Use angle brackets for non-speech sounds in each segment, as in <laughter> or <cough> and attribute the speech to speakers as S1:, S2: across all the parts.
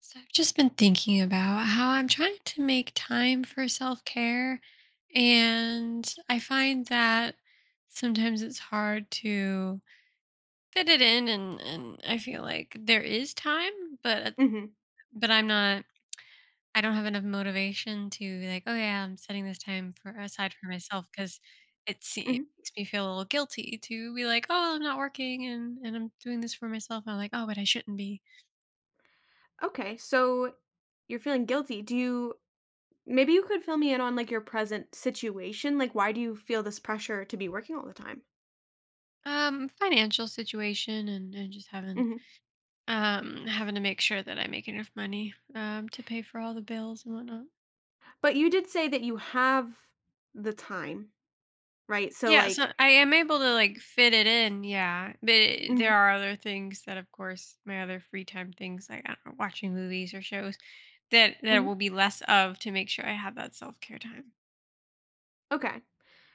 S1: So I've just been thinking about how I'm trying to make time for self care. And I find that sometimes it's hard to fit it in and I feel like there is time, but at-
S2: Mhm,
S1: but I'm not. I don't have enough motivation to be like, oh yeah, I'm setting this time for aside for myself because
S2: mhm.
S1: makes me feel a little guilty to be like, oh, I'm not working and I'm doing this for myself. And I'm like, oh, but I shouldn't be
S2: Okay, so you're feeling guilty. Do you Maybe you could fill me in on, like, your present situation? Like, why do you feel this pressure to be working all the time?
S1: financial situation and just having
S2: Mhm.
S1: Um, having to make sure that I make enough money, to pay for all the bills and whatnot.
S2: But you did say that you have the time, right? So,
S1: Yeah, so
S2: like
S1: I am able to, like, fit it in, yeah, but
S2: mhm,
S1: there are other things that, of course my other free time things, like, I don't know, watching movies or shows that there
S2: mhm.
S1: will be less of to make sure I have that self-care time.
S2: Okay.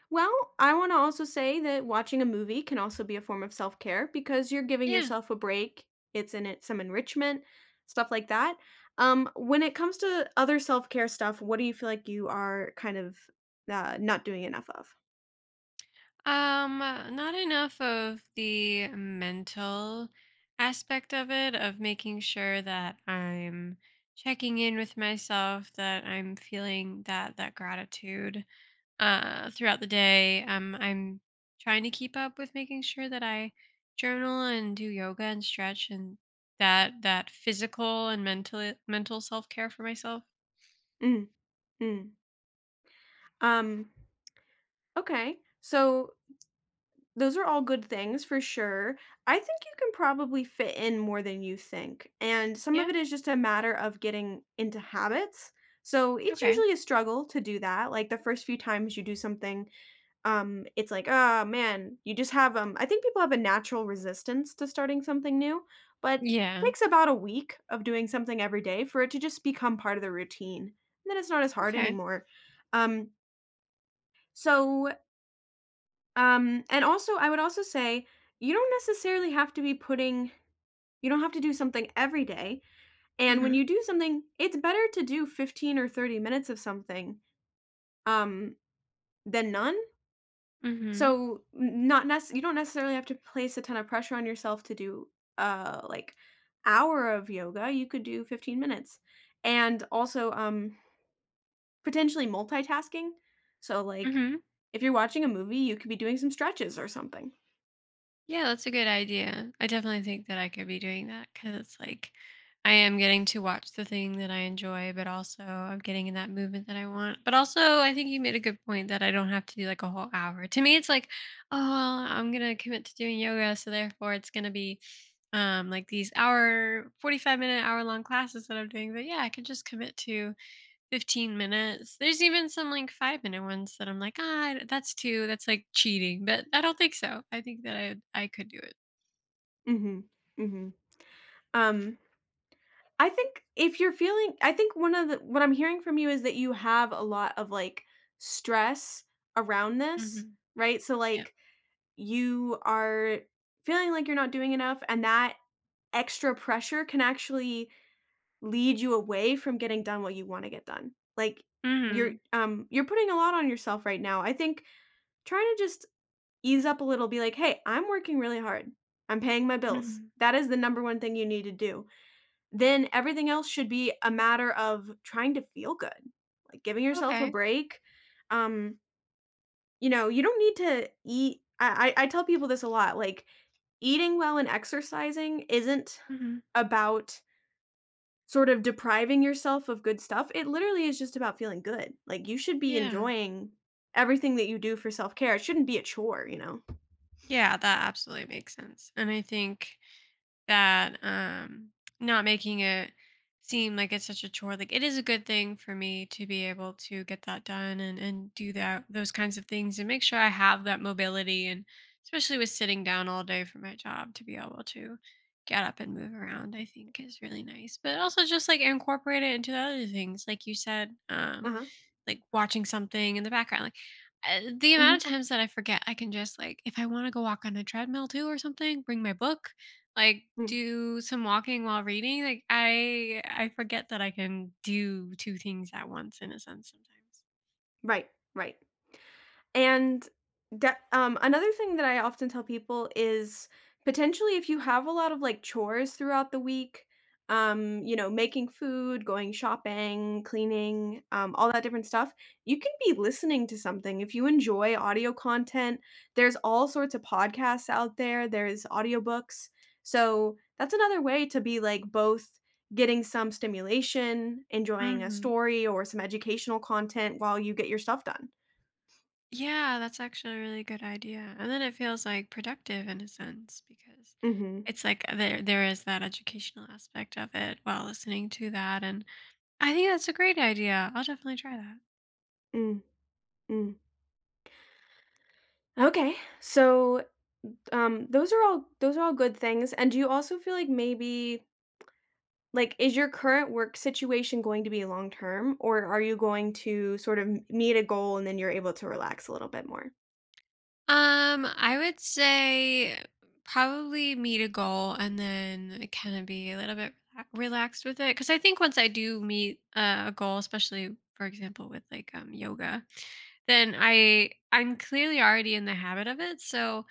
S2: Well, I wanna also say that watching a movie can also be a form of self-care because you're giving
S1: Yeah.
S2: yourself a break. It's in it some enrichment, stuff like that. When it comes to other self-care stuff, what do you feel like you are kind of not doing enough of.
S1: Not enough of the mental aspect of it, of making sure that I'm checking in with myself, that I'm feeling that gratitude throughout the day. I'm trying to keep up with making sure that I journal and do yoga and stretch and that physical and mental self-care for myself.
S2: Mm, mm. Um, okay. So those are all good things for sure. I think you can probably fit in more than you think, and some of
S1: Yeah.
S2: it is just a matter of getting into habits. So it's
S1: Okay.
S2: usually a struggle to do that. Like the first few times you do something, it's like, oh man, you just have. I think people have a natural resistance to starting something new, but it
S1: Yeah.
S2: takes about a week of doing something every day for it to just become part of the routine. And then it's not as hard
S1: Okay.
S2: anymore. Um, so and also, I would also say you don't necessarily have to be putting you don't have to do something every day. And when
S1: Mhm.
S2: you do something, it's better to do 15 or 30 minutes of something um, than none.
S1: Mhm.
S2: So not you don't necessarily have to place a ton of pressure on yourself to do like hour of yoga. You could do 15 minutes. And also potentially multitasking. So like
S1: Mhm.
S2: if you're watching a movie, you could be doing some stretches or something.
S1: Yeah, that's a good idea. I definitely think that I could be doing that because it's like I am getting to watch the thing that I enjoy, but also I'm getting in that movement that I want. But also, I think you made a good point that I don't have to do like a whole hour. To me, it's like, oh, well, I'm gonna commit to doing yoga, so therefore it's gonna be like these hour, 45-minute, hour long classes that I'm doing. But yeah, I could just commit to 15 minutes. There's even some like 5-minute ones that I'm like, "Ah, that's too. That's, like, cheating," but I don't think so. I think that I could do it.
S2: Mhm, mhm. Um, I think if you're feeling I think one of the what I'm hearing from you is that you have a lot of, like, stress around this,
S1: Mhm.
S2: right? So,
S1: Yep.
S2: like, you are feeling like you're not doing enough, and that extra pressure can actually lead you away from getting done what you wanna get done. Like,
S1: Mhm.
S2: you're putting a lot on yourself right now. I think trying to just ease up a little, be like, "Hey, I'm working really hard. I'm paying my bills."
S1: Mhm.
S2: That is the number one thing you need to do. Then everything else should be a matter of trying to feel good, like giving yourself a
S1: Okay.
S2: break. Um, you know, you don't need to eat I tell people this a lot, like, eating well and exercising isn't
S1: Mhm.
S2: about sort of depriving yourself of good stuff, it literally is just about feeling good. Like, you should be
S1: Yeah.
S2: enjoying everything that you do for self-care. It shouldn't be a chore, you know?
S1: Yeah, that absolutely makes sense, and I think that not making it seem like it's such a chore. Like it is a good thing for me to be able to get that done and do that those kinds of things and make sure I have that mobility, and especially with sitting down all day for my job to be able to get up and move around, I think is really nice. But also just like incorporate it into the other things like you said,
S2: Uh-huh.
S1: like watching something in the background. Like the amount
S2: Mhm.
S1: of times that I forget, I can just like if I want to go walk on a treadmill too or something, bring my book, like
S2: Mm.
S1: do some walking while reading. Like I forget that I can do two things at once in a sense sometimes.
S2: Right, right. And that another thing that I often tell people is potentially if you have a lot of like chores throughout the week, you know, making food, going shopping, cleaning, all that different stuff, you can be listening to something. If you enjoy audio content, there's all sorts of podcasts out there, there's audiobooks. So that's another way to be like both getting some stimulation, enjoying a
S1: Hmm.
S2: story or some educational content while you get your stuff done.
S1: Yeah, that's actually a really good idea. And then it feels like productive in a sense because
S2: Mhm.
S1: it's like there is that educational aspect of it while listening to that. And I think that's a great idea. I'll definitely try that.
S2: Mm, mm. Okay. So, those are all good things, and do you also feel like maybe like, is your current work situation going to be long term, or are you going to sort of meet a goal and then you're able to relax a little bit more?
S1: I would say probably meet a goal and then kind of be a little bit relaxed with it, because I think once I do meet a goal, especially for example with like yoga, then I'm clearly already in the habit of it, so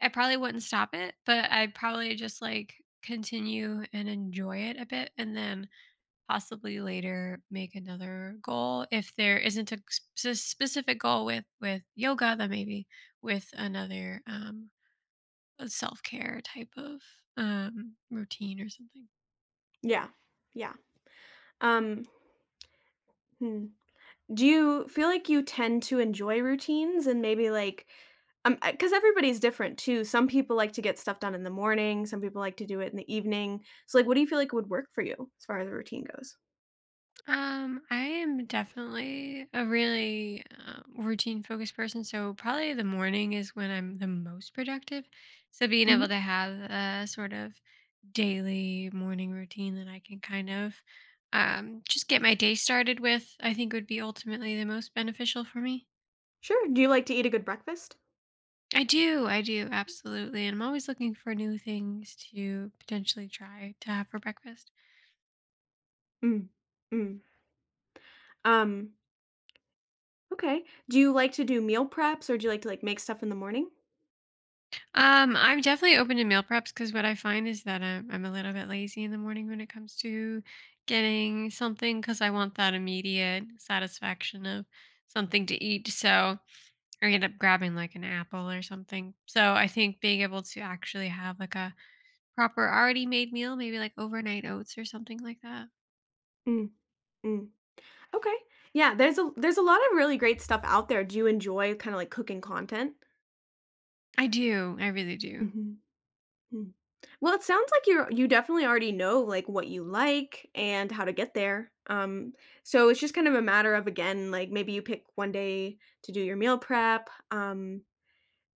S1: I probably wouldn't stop it, but I'd probably just like continue and enjoy it a bit, and then possibly later make another goal. If there isn't a specific goal with yoga, then maybe with another self-care type of routine or something.
S2: Yeah. Yeah. Um, hmm. Do you feel like you tend to enjoy routines and maybe like because everybody's different too. Some people like to get stuff done in the morning, some people like to do it in the evening. So like what do you feel like would work for you as far as the routine goes?
S1: I am definitely a really routine focused person. So probably the morning is when I'm the most productive. So being able
S2: Mhm.
S1: to have a sort of daily morning routine that I can kind of just get my day started with, I think would be ultimately the most beneficial for me.
S2: Sure. Do you like to eat a good breakfast?
S1: I do, absolutely. And I'm always looking for new things to potentially try to have for breakfast.
S2: Mm. Mm. Um, okay. Do you like to do meal preps or do you like to like make stuff in the morning?
S1: I'm definitely open to meal preps, because what I find is that I'm a little bit lazy in the morning when it comes to getting something, because I want that immediate satisfaction of something to eat. So I end up grabbing like an apple or something. So I think being able to actually have like a proper already made meal, maybe like overnight oats or something like that.
S2: Mm. Mm. Okay. Yeah, there's a lot of really great stuff out there. Do you enjoy kind of like cooking content?
S1: I do. I really do.
S2: Mhm. Hmm. Well, it sounds like you definitely already know, like, what you like and how to get there. So it's just kind of a matter of, again, like, maybe you pick one day to do your meal prep,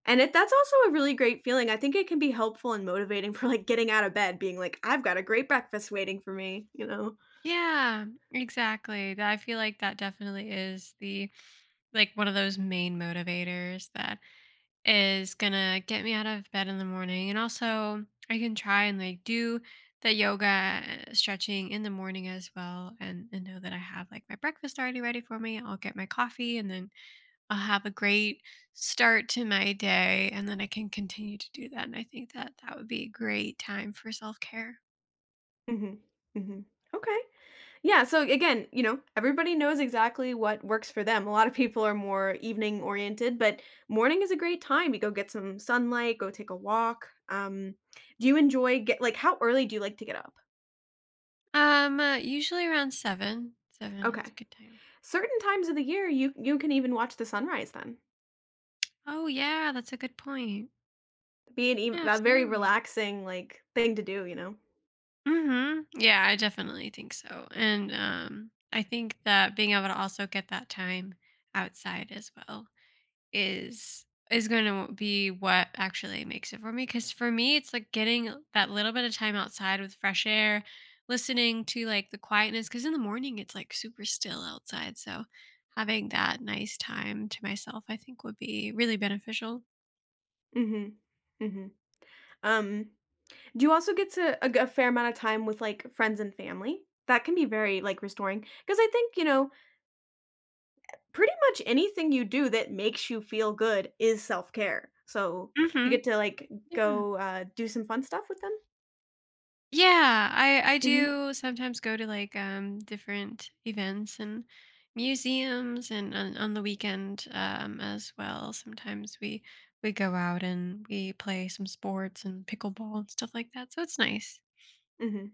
S2: and it that's also a really great feeling. I think it can be helpful and motivating <laughs> for, like, getting out of bed, being like, "I've got a great breakfast waiting for me," you know?
S1: Yeah, exactly. That- I feel like that definitely is the like one of those main motivators that is gonna get me out of bed in the morning. And also, I can try and like do the yoga stretching in the morning as well, and know that I have like my breakfast already ready for me. I'll get my coffee, and then I'll have a great start to my day, and then I can continue to do that. And I think that that would be a great time for self care.
S2: Mhm. Mhm. Okay. Yeah, so again, you know, everybody knows exactly what works for them. A lot of people are more evening oriented, but morning is a great time. You go get some sunlight, go take a walk. Do you enjoy get like how early do you like to get up?
S1: Usually around seven. Seven is
S2: Okay.
S1: a good time.
S2: Certain times of the year you can even watch the sunrise then.
S1: Oh yeah, that's a good point.
S2: Be
S1: Yeah,
S2: a very
S1: absolutely.
S2: relaxing like thing to do, you know.
S1: Mhm. Yeah, I definitely think so. And I think that being able to also get that time outside as well is is going to be what actually makes it for me, cuz for me it's like getting that little bit of time outside with fresh air, listening to like the quietness, cuz in the morning it's like super still outside. So having that nice time to myself, I think would be really beneficial.
S2: Mhm. Mhm. Um, do you also get to a fair amount of time with like friends and family? That can be very like restoring because I think, you know, pretty much anything you do that makes you feel good is self-care. So, you
S1: Mhm.
S2: get to, like,
S1: Yeah.
S2: go, do some fun stuff with them.
S1: Yeah, I
S2: Mhm,
S1: do sometimes go to like different events and museums and on the weekend as well. Sometimes we go out and we play some sports and pickleball and stuff like that. So it's nice.
S2: mhm,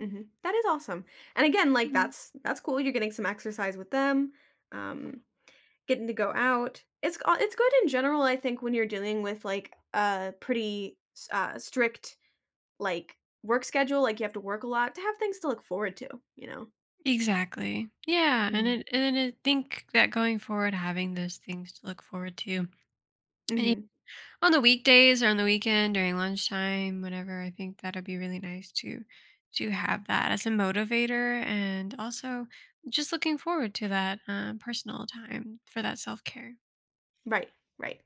S2: mhm. That is awesome. And again, like,
S1: Mhm.
S2: that's cool, you're getting some exercise with them, um, getting to go out. It's good in general, I think, when you're dealing with, like, a pretty s strict, like, work schedule, like, you have to work a lot to have things to look forward to, you know?
S1: Exactly. Yeah, and
S2: Mm.
S1: it and I think that going forward having those things to look forward to
S2: Mhm.
S1: on the weekdays or on the weekend during lunchtime, whenever, I think that'd be really nice to have that as a motivator, and also just looking forward to that personal time for that self-care.
S2: Right, right.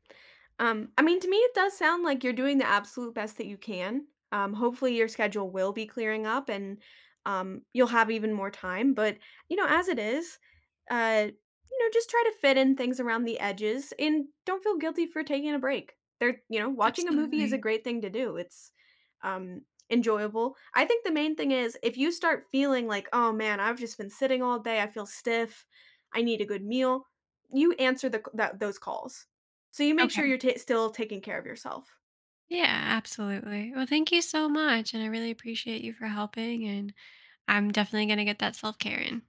S2: I mean, to me, it does sound like you're doing the absolute best that you can. Hopefully, your schedule will be clearing up and you'll have even more time. But, you know, as it is, you know, just try to fit in things around the edges and don't feel guilty for taking a break. There, you know, watching a movie is a
S1: Absolutely.
S2: great thing to do. It's um, enjoyable. I think the main thing is if you start feeling like, oh man, I've just been sitting all day, I feel stiff, I need a good meal, you answer the that those calls. So you make sure
S1: Okay.
S2: you're ta still taking care of yourself.
S1: Yeah, absolutely. Well, thank you so much and I really appreciate you for helping, and I'm definitely going to get that self-care in.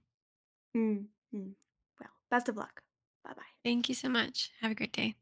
S2: Mm, mm. Well, best of luck. Bye-bye.
S1: Thank you so much. Have a great day.